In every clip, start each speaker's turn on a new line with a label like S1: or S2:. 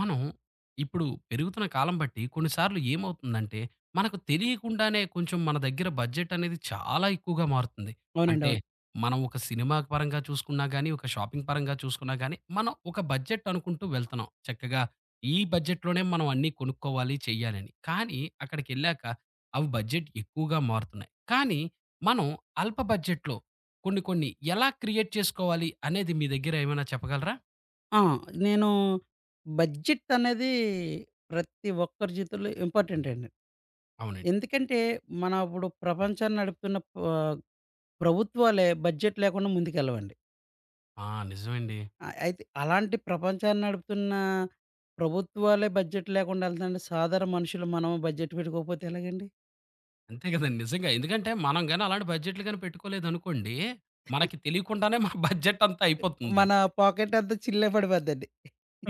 S1: మనం ఇప్పుడు పెరుగుతున్న కాలం బట్టి కొన్నిసార్లు ఏమవుతుందంటే, మనకు తెలియకుండానే కొంచెం మన దగ్గర బడ్జెట్ అనేది చాలా ఎక్కువగా మారుతుంది.
S2: అవునండి.
S1: అంటే
S2: అవును.
S1: మనం ఒక సినిమా పరంగా చూసుకున్నా గానీ, ఒక షాపింగ్ పరంగా చూసుకున్నా గానీ, మనం ఒక బడ్జెట్ అనుకుంటూ వెళ్తున్నాం. చక్కగా ఈ బడ్జెట్‌లోనే మనం అన్నీ కొనుక్కోవాలి, చెయ్యాలని. కానీ అక్కడికెళ్ళాక అవి బడ్జెట్ ఎక్కువగా మారుతున్నాయి. కానీ మనం అల్ప బడ్జెట్‌లో కొన్ని కొన్ని ఎలా క్రియేట్ చేసుకోవాలి అనేది మీ దగ్గర ఏమైనా చెప్పగలరా?
S2: ఆ! నేను బడ్జెట్ అనేది ప్రతి ఒక్కరి జీవితంలో ఇంపార్టెంట్ అండి.
S1: అవునండి.
S2: ఎందుకంటే, మన ఇప్పుడు ప్రపంచాన్ని నడుపుతున్న ప్రభుత్వాలే బడ్జెట్ లేకుండా ముందుకెళ్ళవండి.
S1: ఆ! నిజమండి.
S2: అయితే అలాంటి ప్రపంచాన్ని నడుపుతున్న ప్రభుత్వాలే బడ్జెట్ లేకుండా ఎళ్తుంటే, సాధారణ మనుషులు మనం బడ్జెట్ పెట్టుకోకపోతే ఎలాగండి?
S1: అంతే కదండీ! నిజంగా. ఎందుకంటే మనం గాని అలాంటి బడ్జెట్‌లు గాని పెట్టుకోలేదనుకోండి, మనకి తెలియకుండానే మన బడ్జెట్ అంతా అయిపోతుంది.
S2: మన పాకెట్ అంతా చిల్లే పడిపోద్దండి.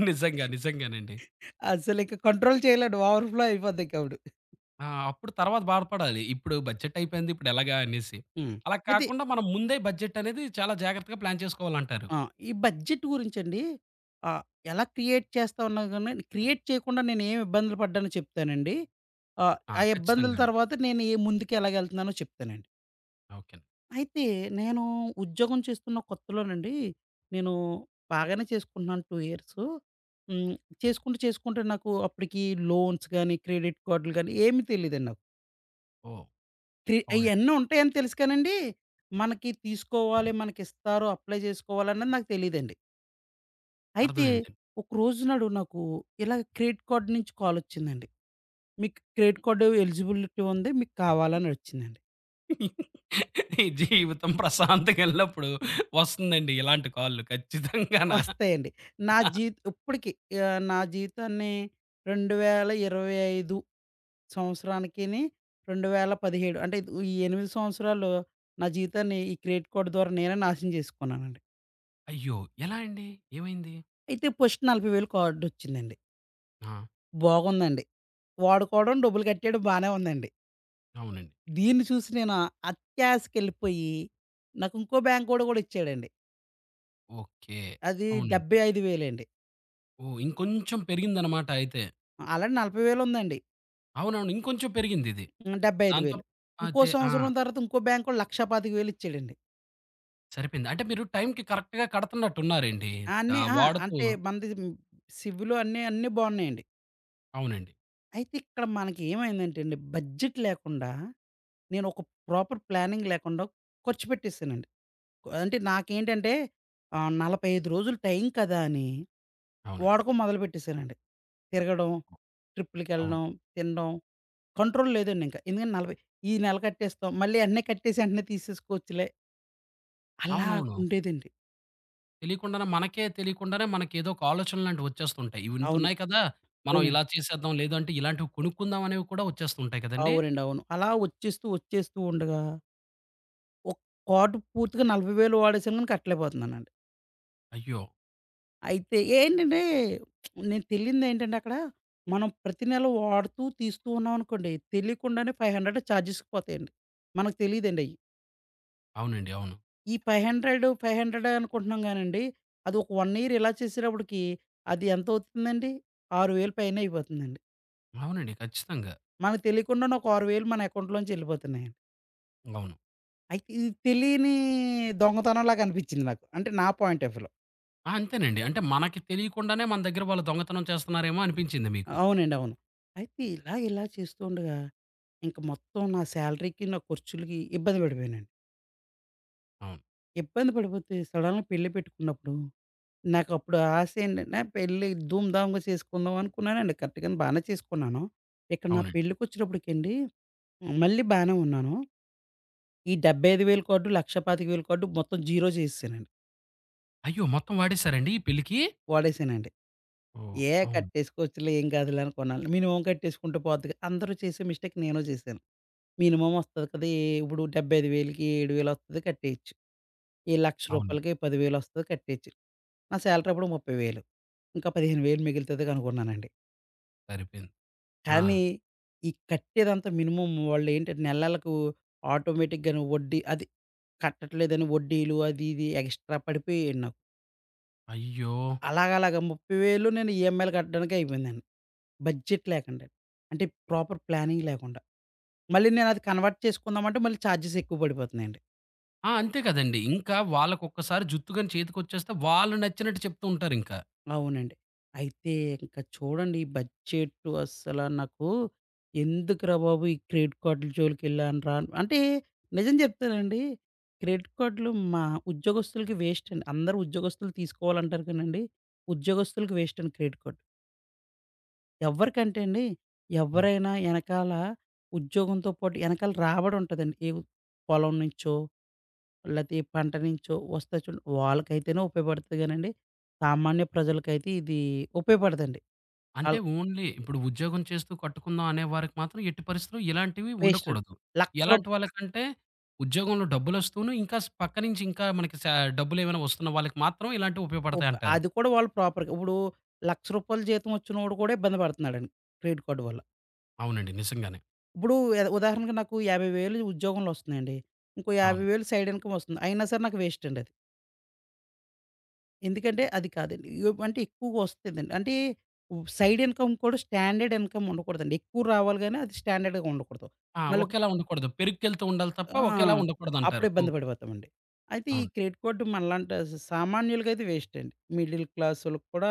S1: నిజంగా. నిజంగానండి.
S2: అసలింక కంట్రోల్ చేయలేడు, ఓవర్‌ఫ్లో అయిపోద్దింకప్పుడు.
S1: ఆ! అప్పుడు తర్వాత బాధపడాలి. ఇప్పుడు బడ్జెట్ అయిపోయింది. ఇప్పుడు ఎలాగా అనేసి.
S2: హ్మ్.
S1: అలా
S2: అయితే
S1: కాకుండా మనం ముందే బడ్జెట్ అనేది చాలా జాగ్రత్తగా ప్లాన్ చేసుకోవాలంటారు.
S2: ఆ! ఈ బడ్జెట్ గురించండి, ఆహ్, ఎలా క్రియేట్ చేస్తామన్నా గాని, క్రియేట్ చేయకుండా నేనేం ఇబ్బందులు పడ్డానో చెప్తానండి.
S1: ఆ!
S2: ఆ ఇబ్బందుల
S1: ఖచ్చితంగా అండి.
S2: తర్వాత నేను ఏ ముందుకు ఎలాగెళ్తున్నానో చెప్తానండి.
S1: ఓకే.
S2: అయితే నేను ఉద్యోగం చేస్తున్న కొత్తలోనండి, నేను బాగానే చేసుకుంటున్నాను 2 ఇయర్సు. హ్మ్. చేసుకుంటూ చేసుకుంటే నాకు అప్పటికి లోన్స్ గాని, క్రెడిట్ కార్డులు గాని ఏమి తెలీదండి నాకు.
S1: ఓహ్! అవునండి.
S2: అయన్నీ ఉంటాయని తెలుసు కానండి, మనకి తీసుకోవాలి, మనకిస్తారు, అప్లై చేసుకోవాలన్నది నాకు తెలీదండి. అయితే
S1: అర్థమైందండి.
S2: ఒక రోజు నాడు నాకు ఇలా క్రెడిట్ కార్డ్ నుంచి కాల్ వచ్చిందండి. మీకు క్రెడిట్ కార్డ్ ఎలిజిబిలిటీ ఉంది, మీకు కావాలని వచ్చిందండి.
S1: ఈ జీవితం ప్రశాంతంగా ఎళ్ళినప్పుడు వస్తుందండి ఇలాంటి కాల్‌లు ఖచ్చితంగాన.
S2: వస్తాయండి. నా జీత్ ఇప్పటికి ఆహ్, నా జీతాన్ని 2025 సంవత్సరానికిని 2017 అంటే ఇది ఈ 8 సంవత్సరాలు నా జీతాన్ని ఈ క్రెడిట్ కార్డ్ ద్వారా నేనే నాశనం చేసుకున్నానండి.
S1: అయ్యో! ఎలా అండి? ఏమైంది?
S2: అయితే ఫస్ట్ 40,000 కార్డ్ వచ్చిందండి.
S1: ఆ!
S2: బాగుందండి. వాడుకోవడం, డబ్బులు కట్టేయడం బానే ఉందండి.
S1: అవునండి.
S2: దీన్ని చూసి నేను అత్యాశకెళ్ళిపోయి, నాకు ఇంకో బ్యాంక్ ఓడు గూడా ఇచ్చాడండి.
S1: ఓకే.
S2: అది
S1: అవునండి.
S2: 75,000 అండి.
S1: ఓహ్! ఇంకొంచెం పెరిగిందనమాట అయితే.
S2: ఆల్రెడీ 40,000 ఉందండి.
S1: అవునవును. ఇంకొంచెం పెరిగిందిది.
S2: హ్మ్.
S1: దాంతో
S2: 75,000. ఇంకో
S1: అదే. ఆ!
S2: సంవత్సరం తర్వాత ఇంకో బ్యాంకోడు 1,25,000 ఇచ్చాడండి.
S1: సరిపోయింది. అంటే మీరు టైంకి కరెక్ట్‌గా కడుతున్నట్టున్నారండి.
S2: అన్నీ
S1: ఆహ్, వాడుతూ
S2: అంటే మనది హ్మ్. సిబిలు అన్నీ బావున్నాయండి.
S1: అవునండి.
S2: అయితే ఇక్కడ మనకి ఏమైందంటే అండి, బడ్జెట్ లేకుండా నేను ఒక ప్రాపర్ ప్లానింగ్ లేకుండా ఖర్చు పెట్టేసానండి. అంటే నాకేంటంటే 45 రోజులు టైం కదా అని
S1: అవునండి.
S2: వాడకం మొదలుపెట్టేసానండి. తిరగడం,
S1: అవును.
S2: ట్రిప్పులకెళ్ళడం, తినడం, కంట్రోల్ లేదండి ఇంకా. ఎందుకంటే 40 ఈ నెల కట్టేస్తాం, మళ్ళీ వెంటనే కట్టేసి వెంటనే తీసేసుకోవచ్చులే, అలా
S1: అవునవును.
S2: ఉండేదండి.
S1: మనకే తెలియకుండానే మనకేదో ఒక ఆలోచనలాంటివి వచ్చేస్తుంటాయి. ఇవి
S2: అవును.
S1: ఇంతున్నాయి కదా! మనం
S2: అవునండి.
S1: ఇలా చేసేద్దాం, లేదంటే ఇలాంటివి కొనుక్కుందాం అనేవి కూడా వచ్చేస్తుంటాయి కదండీ!
S2: అవునండి. అవును. అలా వచ్చేస్తూ ఉండగా ఒక కార్డ్ పూర్తిగా 40,000 వాడేసాను కానీ కట్టలేకపోతున్నానండి.
S1: అయ్యో!
S2: అయితే ఏంటంటే, నేను తెలియనిదేంటంటే అక్కడ మనం ప్రతి నెల వాడుతూ, తీస్తూ ఉన్నామనుకోండి, తెలియకుండానే 500 చార్జెస్‌కి పోతాయండి. మనకు తెలీదండయి.
S1: అవునండి. అవును.
S2: ఈ 500 అనుకుంటున్నాం గానండి, అది ఒక 1 ఇయర్ ఇలా చేసేటప్పటికి అది ఎంతవుతుందండి? 6,000 పైనే అయిపోతుందండి.
S1: అవునండి. ఖచ్చితంగా.
S2: మనకు తెలియకుండానే ఒక 6,000 మన అకౌంట్‌లోంచి ఎళ్ళిపోతున్నాయండి.
S1: అవును.
S2: అయితే ఇది తెలియని దొంగతనంలాగా అనిపించింది నాకు. అంటే నా పాయింట్ ఆఫ్ వ్యూలో.
S1: ఆ! అంతేనండి. అంటే మనకి తెలియకుండానే మన దగ్గర వాళ్ళు దొంగతనం చేస్తున్నారేమో అనిపించింది మీకు.
S2: అవునండి. అవును. అయితే ఇలా చేస్తూ ఉండగా ఇంక మొత్తం నా సాలరీకి, నా ఖర్చులకి ఇబ్బంది పడిపోయానండి.
S1: అవును.
S2: ఇబ్బంది పడిపోతే సడెన్‌గా పెళ్లి పెట్టుకున్నప్పుడు నాకప్పుడు ఆశ ఏంటంటే, పెళ్లి ధూమ్ ధామ్‌గా చేసుకుందాం అనుకున్నానండి. కరెక్ట్‌గానే బానే చేసుకున్నాను. ఇక్కడ నా
S1: అవునండి.
S2: పెళ్ళికొచ్చేటప్పటికండి మళ్ళీ బానే ఉన్నాను. ఈ 75,000 కార్డు, 1,25,000 కార్డు మొత్తం జీరో చేసేసానండి.
S1: అయ్యో! మొత్తం వాడేసారండి ఈ పెళ్ళికి?
S2: వాడేసానండి.
S1: ఓహ్!
S2: ఏ
S1: అవును.
S2: కట్టేసుకోవచ్చులే, ఏం కాదులే అనుకున్నాను. మినిమమ్ కట్టేసుకుంటే పోద్దిగా. అందరూ చేసే మిస్టేక్ నేను చేశాను. మినిమమ్ వస్తది కదా, ఏ ఇప్పుడు 75,000కి 7,000 వస్తది, కట్టేయొచ్చు. ఈ రూ.
S1: అవును.
S2: 1,00,000కి 10,000 వస్తది, కట్టేయొచ్చు. నా సాలరీ అప్పుడు 30,000, ఇంకా 15,000 మిగులుతది అనుకున్నానండి.
S1: సరిపోయింది. ఆ!
S2: కానీ, ఈ కట్టేదంతా మినిమమ్ వాళ్ళేంటంటే నెలలకు ఆటోమేటిక్‌గాను వడ్డీ, అది కట్టట్లేదని వడ్డీలు, అది ఇది ఎక్స్‌ట్రా పడిపోయేయండి నాకు.
S1: అయ్యో!
S2: అలాగలాగా 30,000 నేను ఈఎంఐలు కట్టడానికే అయిపోయిందండి. బడ్జెట్ లేకండి, అంటే ప్రాపర్ ప్లానింగ్ లేకుండా. మళ్ళీ నేనది కన్వర్ట్ చేసుకుందామంటే మళ్ళీ చార్జెస్ ఎక్కువ పడిపోతున్నాయండి.
S1: ఆ! అంతే కదండీ. ఇంకా వాళ్ళకొక్కసారి జుత్తుగాని చేతికొచ్చేస్తే వాళ్ళు నచ్చినట్టు చెప్తూ ఉంటారింకా.
S2: అవునండి. అయితే ఇంక చూడండి, ఈ బడ్జెట్టు అస్సల నాకు. ఎందుకురా బాబు ఈ క్రెడిట్ కార్డుల జోలికెళ్ళానురా అంటే, నిజం చెప్తానండి. క్రెడిట్ కార్డులు మా ఉద్యోగస్తులకి వేస్ట్ అండి. అందరూ ఉద్యోగస్తులు తీసుకోవాలంటారు కానండి, ఉద్యోగస్తులకి వేస్ట్ అండి క్రెడిట్ కార్డ్. ఎవరికంటే అండి,
S1: హ్మ్.
S2: ఎవరైనా ఎనకాల ఉద్యోగంతో పాటు ఎనకాల రాబడి ఉంటదండి. ఏ పొలం నుంచో లేతే ఏ పంట నుంచో వస్తాయి చూడండి, వాళ్ళకైతేనే ఉపయోగపడతది గానండి, సామాన్య ప్రజలకైతే ఇది ఉపయోగపడదండి.
S1: అంటే
S2: ఆళ్ళు
S1: ఓన్లీ ఇప్పుడు ఉద్యోగం చేస్తూ కట్టుకుందాం అనే వారికి మాత్రం ఎట్టి పరిస్థితిలో ఇలాంటివి
S2: వేస్ట్.
S1: ఉండకూడదు.
S2: లక్ష
S1: ఎలాంటి
S2: రూప్
S1: వాళ్ళకంటే ఉద్యోగంలో డబ్బులొస్తూను ఇంకా స్ పక్క నుంచి ఇంకా మనకి సా డబ్బులేమైనా వస్తున్న వాళ్ళకి మాత్రం ఇలాంటివి
S2: ఉప్
S1: ఉపయోగపడతాయంటారు.
S2: అది కూడా వాళ్ళు ప్రాపర్‌గా ఇప్పుడు రూ. 1,00,000 జీతం వచ్చినోడు కూడా ఇబ్బంది పడుతున్నాడండి క్రెడిట్ కార్డ్ వల్ల.
S1: అవునండి. నిజంగానే.
S2: ఇప్పుడు ఉదాహరణకి నాకు 50,000 ఉద్యోగంలో వస్తున్నాయండి. ఇంకో
S1: అవును.
S2: 50,000 సైడ్ ఇన్‌కమ్ వస్తుంది. అయినా సరే నాకు వేస్ట్ అండి అది. ఎందుకంటే అది కాదండి. అంటే ఎక్కువగా వస్తదండి. అంటే సైడ్ ఇన్‌కమ్ కూడా స్టాండర్డ్ ఇన్‌కమ్ ఉండకూడదండి. ఎక్కువ రావాలి గానీ అది స్టాండర్డ్‌గా ఉండకూడదు.
S1: ఆ!
S2: మళ్ళీ
S1: ఒకేలా ఉండకూడదు. పెరుక్కెళ్తూ ఉండాలి తప్ప
S2: ఆ!
S1: ఒకేలా
S2: అప్పుడు
S1: ఉండకూడదంటారు.
S2: ఇబ్బంది
S1: ఓకే.
S2: పడిపోతామండి. అయితే ఈ
S1: అవును.
S2: క్రెడిట్ కార్డ్ మనలాంటి సామాన్యులకైతే వేస్ట్ అండి. మిడిల్ క్లాసోళ్ళకి కూడా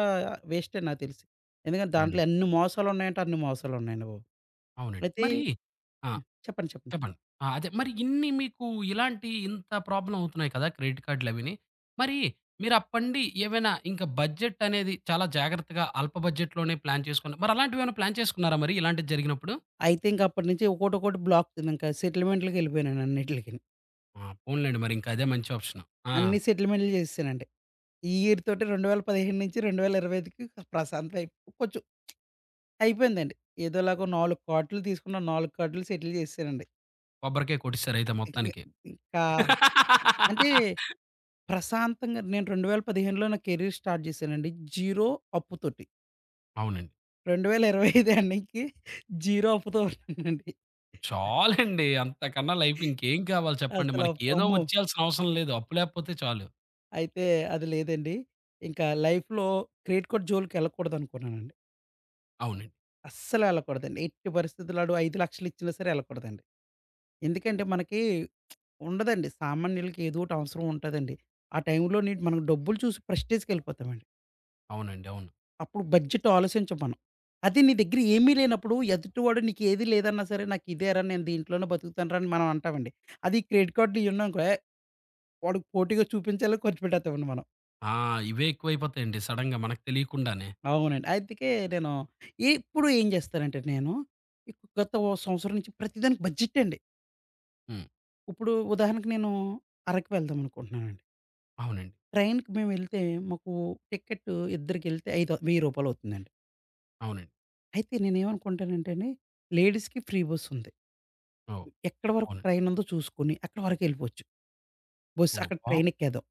S2: వేస్టే నాకు తెలిసి. ఎందుకంటే దాంట్లో
S1: అవునండి.
S2: ఎన్ని మోసాలున్నాయంటే అన్ని మోసాలున్నాయండి బాబు.
S1: అవునండి.
S2: అయితే
S1: మరి ఆ!
S2: హ్మ్. చెప్పండి, చెప్పండి.
S1: చెప్పండి. ఆ! అదే మరి ఇన్ని మీకు ఇలాంటి ఇంత ప్రాబ్లమ్ అవుతున్నాయి కదా! క్రెడిట్ కార్డ్‌లవిని. మరి మీరు అప్పండి ఏమైనా ఇంకా బడ్జెట్ అనేది చాలా జాగ్రత్తగా అల్ప బడ్జెట్‌లోనే ప్లాన్ చేసుకున్న మరి అలాంటివేమైనా ప్లాన్ చేసుకున్నారా మరి ఇలాంటిది జరిగినప్పుడు?
S2: అయితే ఇంక అప్పటినుంచి ఒకోటొకోటి బ్లాక్ ఇంక సెటిల్మెంట్‌లకెళ్ళిపోయానండి అన్నిట్లికిని.
S1: ఆ! పోనీలెండి మరి ఇంకా అదే మంచి ఆప్షన్. ఆ!
S2: అన్ని సెటిల్మెంట్‌లు చేసేసానండి. ఈ ఇయర్ తోటి 2015 నుంచి 2025కి ప్రశాంతం అయి, కొంచెం అయిపోయిందండి. ఏదోలాగో 4 కార్డ్‌లు తీసుకున్న 4 కార్డ్‌లు సెటిల్ చేసేసానండి.
S1: కొబ్బరికాయ కొట్టేసారయితే మొత్తానికి.
S2: ఇంకా అంటే ప్రశాంతంగా నేను 2015లో నా కెరీర్ స్టార్ట్ చేశానండి జీరో అప్పుతోటి.
S1: అవునండి.
S2: 2025 ఎండింగ్‌కి జీరో అప్పుతో ఉన్నానండి.
S1: చాలండి. అంతకన్నా లైఫ్ ఇంకేం కావాలి చెప్పండి.
S2: అసల
S1: మనకి ఏదో
S2: అమ్మో!
S1: వచ్చేయాల్సిన అవసరం లేదు. అప్పు లేపోతే చాలు.
S2: అయితే అది లేదండి. ఇంకా లైఫ్‌లో క్రెడిట్ కార్డ్ జోలికెళ్ళకూడదనుకున్నానండి.
S1: అవునండి.
S2: అస్సలు వెళ్ళకూడదండి. ఎట్టి పరిస్థితుల్లో ఆడు 5,00,000 ఇచ్చినా సరే వెళ్ళకూడదండి. ఎందుకంటే మనకి ఉండదండి. సామాన్యులకి ఏదో ఒకటి అవసరం ఉంటదండి. ఆ టైంలో నీ మనం డబ్బులు చూసి ప్రెస్టేజ్‌కెళ్ళిపోతామండి.
S1: అవునండి. అవును.
S2: అప్పుడు బడ్జెట్ ఆలోచించం మనం. అదే నీ దగ్గర ఏమీ లేనప్పుడు ఎదుటివాడు నీకు ఏది లేదన్నా సరే, నాకు ఇదేరా నేను దీంట్లోనే బతుకుతానురా అని మనం అంటామండి. అది క్రెడిట్ కార్డ్‌లు ఇయి ఉన్నాయనుకో, ఏహ్, వాడికి పోటీగా చూపించేలా ఖర్చు పెట్టేత్తామండి మనం.
S1: ఆ! ఇవే ఎక్కువైపోతాయండి సడెన్‌గా మనకు తెలియకుండానే.
S2: అవునండి. అందుకే నేను ఇప్పుడు ఏం చేస్తానంటే, నేను గత ఓ సంవత్సరం నుంచి ప్రతిదానికి బడ్జెట్ అండి.
S1: హ్మ్.
S2: ఇప్పుడు ఉదాహరణకు నేను అరకు వెళ్దాం అనుకుంటున్నానండి.
S1: అవునండి.
S2: ట్రైన్‌కి మేము వెళ్తే మాకు టికెట్ ఇద్దరికెళ్తే ఐదు రూ. 1000 అవుతుందండి.
S1: అవునండి.
S2: అయితే నేనేమనుకుంటానంటే అండి, లేడీస్‌కి ఫ్రీ బస్ ఉంది.
S1: ఓహ్!
S2: ఎక్కడి వరకు
S1: అవునండి.
S2: ట్రైనుందో చూసుకొని, అక్కడి వరకెళ్ళిపోవచ్చు. బస్
S1: ఓహ్!
S2: అక్కడ
S1: బావు
S2: ట్రైనెక్కేద్దాం.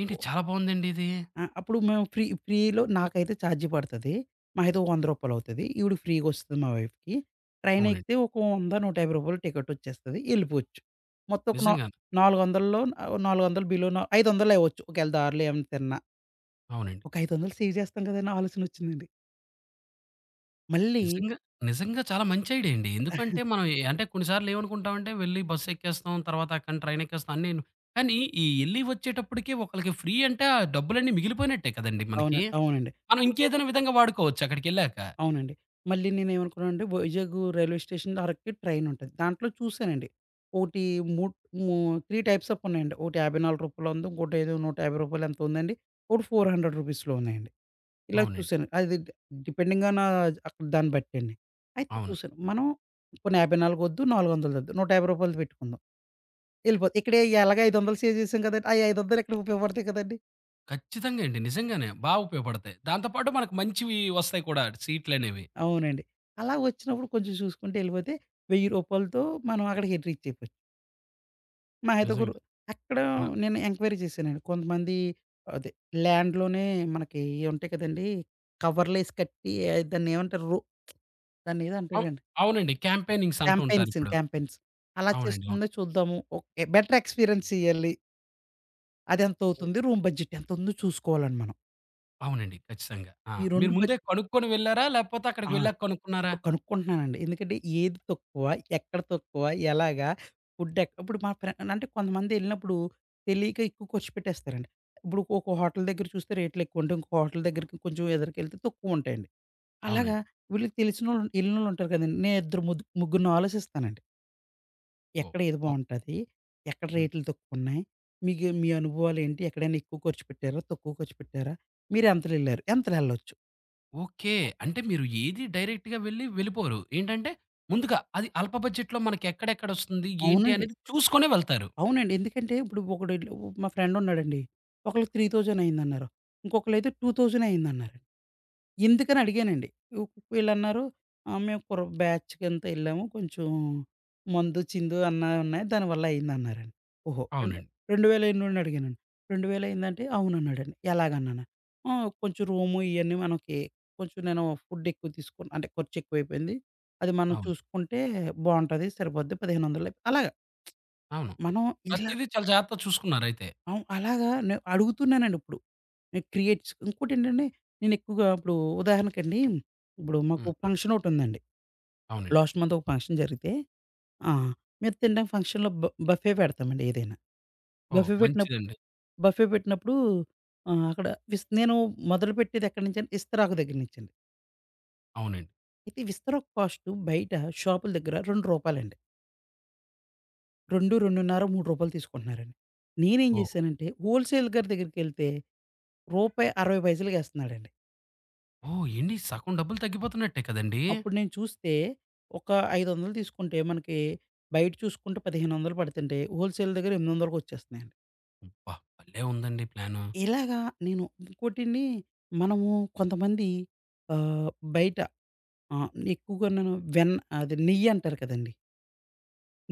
S1: ఏంటి చాలా బావుందండి ఇది?
S2: అప్పుడు మేము ఫ్రీలో నాకైతే ఛార్జీ పడతది. మహా అయితే ఓ రూ. 100 అవుతది. ఈవిడకి ఫ్రీగొస్తది మా వైఫ్‌కి.
S1: అవునండి.
S2: ట్రైనెక్కితే ఒక రూ. 100, రూ. 150 టికెటొచ్చేస్తది. ఎళ్ళిపోవచ్చు. మొత్తం ఒక నా
S1: నిజంగానే.
S2: 400లో ఆహ్, 400 బిలో నా 500 అవ్వచ్చు. ఒకవేళ దారిలో ఏమన్నా తిన్నా
S1: అవునండి.
S2: ఒక 500 సేవ్ చేస్తాం కదండీ ఆలోచనొచ్చిందండి. మళ్ళీ
S1: నిజంగా, నిజంగా చాలా మంచి ఐడియా అండి. ఎందుకంటే మనం ఎ అంటే కొన్ని సార్లు ఏమనుకుంటామంటే వెళ్లి బస్ ఎక్కేస్తాం, తర్వాత అక్కడ ట్రైన్ ఎక్కేస్తాం అన్నీను. కానీ ఈ ఎళ్లి వచ్చేటప్పటికి ఒకళ్ళకి ఫ్రీ అంటే ఆ డబ్బులన్నీ మిగిలిపోయినట్టే కదండీ మనకి.
S2: అవునండి. అవునండి.
S1: మనం ఇంకేదైనా విధంగా వాడుకోవచ్చు అక్కడికెళ్ళాక.
S2: అవునండి. మళ్ళీ నేనేమనుకున్నానంటే వైజాగ్ రైల్వే స్టేషన్ అరక్కి ట్రైన్ ఉంటది. దాంట్లో చూసానండి. ఒకటి మూడ్ మూ 3 టైప్స్ ఆఫ్ ఉన్నాయండి. ఒకటి రూ. 54 ఉంది. ఇంకోటేదో రూ. 150 ఎంతో ఉందండి. ఒకటి రూ. 400లో ఉన్నాయండి. ఇలా
S1: అవునండి.
S2: చూసాను. అది డిపెండింగ్ ఆన్ అక్కడ దాన్ని బట్టండి. అయితే
S1: అవును.
S2: చూసాను. మనం పోనీ 54 వద్దు, 400 వద్దు, రూ. 150 పెట్టుకుందాం. ఎళ్ళిపోద్ది. ఇక్కడ ఎలాగో 500 సేవ్ చేసాం కదండీ! ఆ 500 ఇక్కడ ఉపయోగపడతాయి కదండీ!
S1: ఖచ్చితంగా అండి. నిజంగానే బా ఉపయోగపడతాయి. దాంతో పాటు మనకు మంచివి వస్తాయి కూడా సీట్లనేవి.
S2: అవునండి. అలా వచ్చినప్పుడు కొంచెం చూసుకుంటూ ఎళ్ళిపోతే రూ. 1000 రూపాయలతో మనం అక్కడికి రీచ్ అయిపోవచ్చు. మా హితగురు
S1: నిజంగా.
S2: అక్కడ
S1: ఆ!
S2: నేను ఎంక్వైరీ చేశానండి. కొంతమంది అదే ల్యాండ్‌లోనే మనకి ఇయి ఉంటాయి కదండీ! కవర్లేసి కట్టి ఆ దాన్ని ఏమంటారు? దాన్నేదో
S1: అవ్
S2: అంటారండి.
S1: అవునండి. క్యాంపెయినింగ్స్ అంటూ
S2: క్యాంపెయిన్స్
S1: ఉంటారిప్పుడు.
S2: క్యాంపెయిన్స్. అలా
S1: అవునండి. అవును.
S2: చేస్తుందో చూద్దాము. ఓకే. బెటర్ ఎక్స్‌పీరియన్స్ ఇయ్యాలి.
S1: ఓహ్!
S2: అదెంతవుతుంది? రూమ్ బడ్జెట్ ఎంతుందో చూసుకోవాలండి మనం.
S1: అవునండి. ఖచ్చితంగా. ఆ!
S2: ఈ
S1: మీరు
S2: 2
S1: ముందే
S2: బడ్
S1: కనుక్కొని వెళ్లారా? లేపోతే అక్కడికి
S2: ఆ!
S1: వెళ్ళాక కనుక్కున్నారా?
S2: ఇప్పుడు కనుక్కుంటున్నానండి. ఎందుకంటే ఏది తక్కువ? ఎక్కడ తక్కువ? ఎలాగా? ఫుడ్ ఎక్ ఇప్పుడు మా అంటే కొంతమందెళ్ళినప్పుడు తెలియక ఎక్కువ ఖర్చు పెట్టేస్తారండి. ఇప్పుడు ఒక హోటల్ దగ్గర చూస్తే రేట్లు ఎక్కువుంటాయి. ఇంకో హోటల్ దగ్గరికి కొంచెం ఎదరికెళ్తే తక్కువుంటాయండి. అలాగా
S1: అవునండి.
S2: వీళ్ళకి తెలిసినోళ్ళు ఎళ్ళినోళ్ళుంటారు కదండీ! నేను ఇద్దరు ముగ్గురిని ఆలోచిస్తానండి.
S1: ఓహ్!
S2: ఎక్కడ ఏది
S1: ఓహ్!
S2: బావుంటది? ఎక్కడ
S1: హ్మ్.
S2: రేట్లు తక్కువున్నాయి? మీకు మీ అనుభవాలేంటి? ఎక్కడైనా ఎక్కువ ఖర్చు పెట్టారా? తక్కువ ఖర్చు పెట్టారా? మీరెంతలెళ్లారు? ఎంతలెళ్ళొచ్చు?
S1: ఓకే. అంటే మీరు ఏది డైరెక్ట్‌గా వెళ్లి వెళ్ళిపోరు. ఏంటంటే, ముందుగా అది అల్ప బడ్జెట్‌లో మనకెక్కడెక్కడొస్తుంది? ఏంటి?
S2: అవునండి.
S1: అనేది చూసుకొనే వెళ్తారు.
S2: అవునండి. ఎందుకంటే ఇప్పుడు ఒకడు మా ఫ్రెండ్ ఉన్నాడండి. ఒకళ్ళకి 3000 అయిందన్నారు. ఇంకొకళ్ళైతే 2000 అయిందన్నారు. ఎందుకని అడిగానండి. వ్ వీళ్ళన్నారు "మేము కుర్ర బ్యాచ్‌కంతా ఎళ్ళాము, కొంచెం మందు, చిందు అన్నా ఉన్నాయి, దానివల్ల అయిందన్నారండి." ఓహో! రెండు
S1: అవునండి.
S2: 2000 ఎన్నోడిని అడిగానండి. "2000 అయిందంటే" అవునన్నాడండి. ఎలాగన్నాను. "ఆ! కొంచెం రూము ఇయన్నీ మనకి, కొంచెం నేను ఫుడ్ ఎక్కువ తీసుకున్నా, అంటే ఖర్చు ఎక్కువైపోయింది. అది మనం
S1: అవును.
S2: చూసుకుంటే బావుంటది. సరిపోద్ది, 1500." అలాగా
S1: అవును.
S2: మనం ఇలా,
S1: ప్రతీదీ చాలా జాగ్రత్తగా చూసుకున్నారయితే.
S2: అవును. అలాగా నే అడుగుతున్నానండి ఇప్పుడు. నేను క్రియేట్స్ ఇంకోటేంటంటే, నేను ఎక్కువగా ఇప్పుడు ఉదాహరణకండి, ఇప్పుడు మాకు
S1: హ్మ్.
S2: ఫంక్షన్ ఒకటుందండి.
S1: అవునండి.
S2: లాస్ట్ మంత్ ఒక ఫంక్షన్ జరిగితే ఆ! మేము తినడానికి ఫంక్షన్‌లో బఫే పెడతామండి ఏదైనా.
S1: ఓహ్!
S2: బఫే పెట్టినప్
S1: మంచిదండి.
S2: బఫే పెట్టినప్పుడు ఆహ్, అక్కడ విస్ నేను మొదలుపెట్టేది ఎక్కడి నుంచంటే ఇస్తరాకు దగ్గర నుంచండి.
S1: అవునండి.
S2: అయితే విస్తరాకు కాస్ట్ బయట షాపుల దగ్గర రూ. 2, రెండు రెండున్నర, రూ. 3 తీసుకుంటున్నారండి. నేనేం
S1: ఓహ్!
S2: చేశానంటే హోల్‌సేల్ గారి దగ్గరికెళ్తే రూపాయి 60 పైసలకేస్తున్నాడండి.
S1: ఓహ్! ఏండి సగం డబ్బులు తగ్గిపోతున్నట్టే కదండీ!
S2: అప్పుడు నేను చూస్తే ఒక 500 తీసుకుంటే మనకి బయట చూసుకుంటే 1500 పడుతుంటే హోల్‌సేల్ దగ్గర 800కొచ్చేస్తున్నాయండి.
S1: అబ్బా! భలే ఉందండి ప్లాను.
S2: ఇలాగా నేను ఇంకోటండి. మనము కొంతమంది ఆహ్, బయట ఎక్కువగా నేను వెన్న, అది నెయ్యి అంటారు కదండీ!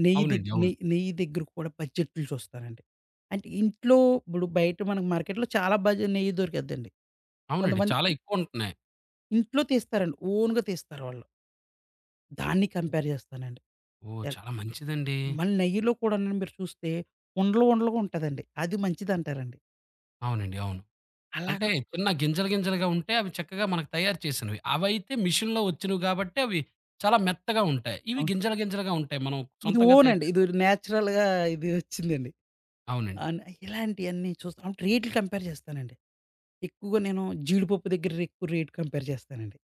S1: అవునండి. అవును.
S2: నెయ్యి దగ్గర కూడా బడ్జెట్లు చూస్తారండి. అంటే ఇంట్లో, ఇప్పుడు బయట మనకు మార్కెట్‌లో చాలా నెయ్యి దొరికిద్దండి.
S1: అవునండి.
S2: కొంతమంది
S1: చాలా ఎక్కువుంటున్నాయి.
S2: ఇంట్లో తీస్తారండి, ఓన్‌గా తీస్తారు వాళ్ళు. దాన్ని కంపేర్ చేస్తానండి.
S1: ఓహ్!
S2: ఎల్
S1: చాలా మంచిదండి.
S2: మళ్ళీ నెయ్యిలో కూడానండి మీరు చూస్తే ఉండలు ఉండలుగా ఉంటదండి. అది మంచిదంటారండి.
S1: అవునండి. అవును. అంటే
S2: అలాగా
S1: చిన్న గింజలు గింజలుగా ఉంటే అవి చక్కగా మనకు తయారు చేసినవి. అవైతే మిషన్‌లో వచ్చినవి కాబట్టి అవి చాలా మెత్తగా ఉంటాయి. ఇవి
S2: అవును.
S1: గింజలు గింజలుగా ఉంటాయి. మనం
S2: ఇది
S1: సొంతంగా తయారు
S2: ఓనండి. ఇది
S1: చేసిన
S2: నేచురల్‌గా ఇది వచ్చిందండి.
S1: అవునండి.
S2: అన్ ఇలాంటియన్నీ చూస్తాం. అంటే రేట్లు కంపేర్ చేస్తానండి. ఎక్కువగా నేను జీడిపప్పు దగ్గర ఎక్కువ రేట్ కంపేర్ చేస్తానండి.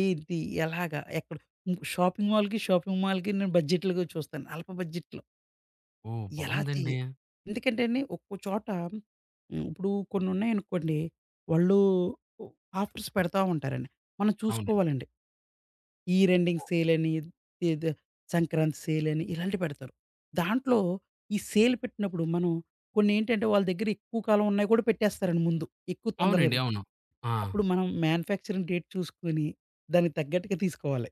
S2: ఏంటి? ఎలాగా? ఎక్కడ? హ్మ్. షాపింగ్ మాల్‌కి నేను బడ్జెట్లుగా చూస్తాను, అల్ప బడ్జెట్‌లో.
S1: ఓహ్!
S2: ఎలా చేయ
S1: బావుందండి.
S2: ఎందుకంటే అండి ఒక్కో చోట, హ్మ్. ఇప్పుడు కొన్ని ఉన్నాయనుకోండి, వాళ్ళు ఆఫర్స్ పెడతా ఉంటారండి. మనం
S1: అవునండి.
S2: చూసుకోవాలండి. ఇయర్ ఎండింగ్ సేలని, ఇది సంక్రాంతి సేలని ఇలాంటివి పెడతారు. దాంట్లో ఈ సేల్ పెట్టినప్పుడు మనం, కొన్నేంటంటే వాళ్ళ దగ్గర ఎక్కువ కాలం ఉన్నయి కూడా పెట్టేస్తారండి ముందు, ఎక్కువ తొందరగా
S1: అవునండి.
S2: అయిపోయి.
S1: అవును. ఆ!
S2: అప్పుడు మనం మ్యానుఫ్యాక్చరింగ్ డేట్ చూసుకొని దానికి తగ్గట్టుగా తీసుకోవాలి.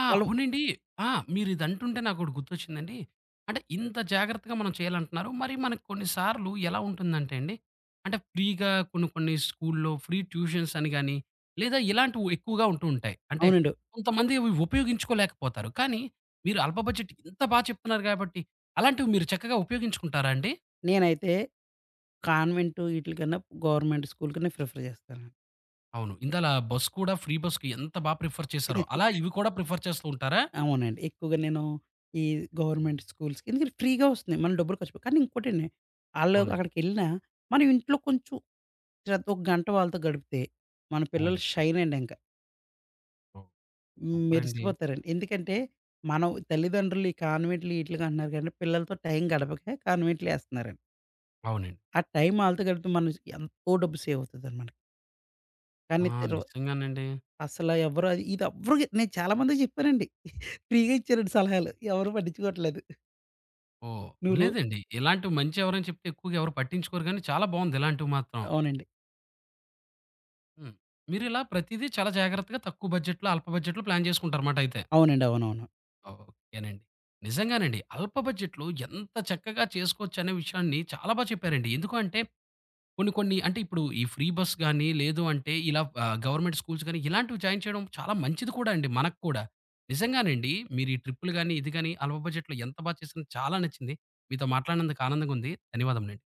S1: ఆ!
S2: వాళ్ళు
S1: అవునండి. ఆ! మీరిదంటుంటే నాకోటి గుర్తొచ్చిందండి. అంటే ఇంత జాగ్రత్తగా మనం చేయాలంటున్నారు. మరి మనకు కొన్ని సార్లు ఎలా ఉంటుందంటే అండి, అంటే ఫ్రీగా కొన్ని కొన్ని స్కూల్‌లో ఫ్రీ ట్యూషన్స్ అని గాని, లేదా ఇలాంటివి ఎక్కువగా ఉంటూ ఉంటాయి. అంటే
S2: అవునండి.
S1: కొంతమంది అవి ఉపయోగించుకోలేకపోతారు. కానీ మీరు అల్ప బడ్జెట్ ఇంత బా చెప్తున్నారు గాబట్టి, అలాంటివి మీరు చక్కగా ఉపయోగించుకుంటారా అండి?
S2: నేనైతే కాన్వెంట్ ఈటిలికన్నా గవర్నమెంట్ స్కూల్ కన్నా ప్రిఫర్ చేస్తానండి.
S1: అవును. ఇందాల బస్ కూడా ఫ్రీ బస్‌కి ఎంత బా ప్రిఫర్ చేశారో, అలా ఇవి కూడా ప్రిఫర్ చేస్తూ ఉంటారా?
S2: అవునండి. ఎక్కువగా నేను ఈ గవర్నమెంట్ స్కూల్స్‌కి, ఎందుకంటే ఫ్రీగా వస్తున్నాయి. మనం డబ్బులు ఖర్చు పె కానీ ఇంకోటండి, ఆళ్ళు
S1: అవునండి.
S2: అక్కడికెళ్ళినా మనం ఇంట్లో కొంచెం రాత్రి ఒక గంట వాళ్ళతో గడిపితే మన పిల్లలు
S1: అవునండి.
S2: షైన్ అండి ఇంక.
S1: ఓహ్! సూపరండి.
S2: మెరిసిపోతారండి. ఎందుకంటే, మనం తల్లిదండ్రులు ఈ కాన్వెంట్‌లు ఈట్లికి అంటున్నారు కానీ, పిల్లలతో టైం గడపక కాన్వెంట్‌లేస్తన్నారండి.
S1: అవునండి.
S2: ఆ టైం ఆళ్ళతో గడిపితే మనం ఎంతో డబ్బు సేవ్ అవుతదండి మనకి.
S1: ఆ!
S2: కానీ తిరు
S1: నిజంగానండి.
S2: అసలు ఎవరు అది ఇది ఎవ్వరికి, నేను చాలా మందికి చెప్పానండి. ఫ్రీగా ఇచ్చారండి సలహాలు. ఎవరు పట్టించుకోవట్లేదు.
S1: ఓహ్!
S2: నువ్వు రో
S1: లేదండి. ఇలాంటివి మంచి ఎవరైనా చెప్తే ఎక్కువగా ఎవరు పట్టించుకోరు గానీ, చాలా బావుంది ఇలాంటివి మాత్రం.
S2: అవునండి.
S1: హ్మ్. మీరిలా ప్రతీదీ చాలా జాగ్రత్తగా తక్కువ బడ్జెట్‌లో, అల్ప బడ్జెట్‌లో ప్లాన్ చేసుకుంటారన్నమాట అయితే.
S2: అవునండి. అవునవును.
S1: ఓకేనండి. నిజంగానండి. అల్ప బడ్జెట్‌లో ఎంత చక్కగా చేసుకోవచ్చనే విషయాన్ని చాలా బా చెప్పారండి. ఎందుకు అంటే కొన్ని కొన్ని అంటే ఇప్పుడు ఈ ఫ్రీ బస్ గానీ, లేదు అంటే ఇలా గవర్నమెంట్ స్కూల్స్ గానీ, ఇలాంటివి జాయిన్ చేయడం చాలా మంచిది కూడా అండి మనకు కూడా. నిజంగానండి. మీరు ఈ ట్రిప్పులు గానీ, ఇది గానీ అల్ప బడ్జెట్‌లో ఎంత బా చేసినా చాలా నచ్చింది. మీతో మాట్లాడినందుకు ఆనందంగా ఉంది. ధన్యవాదములండి.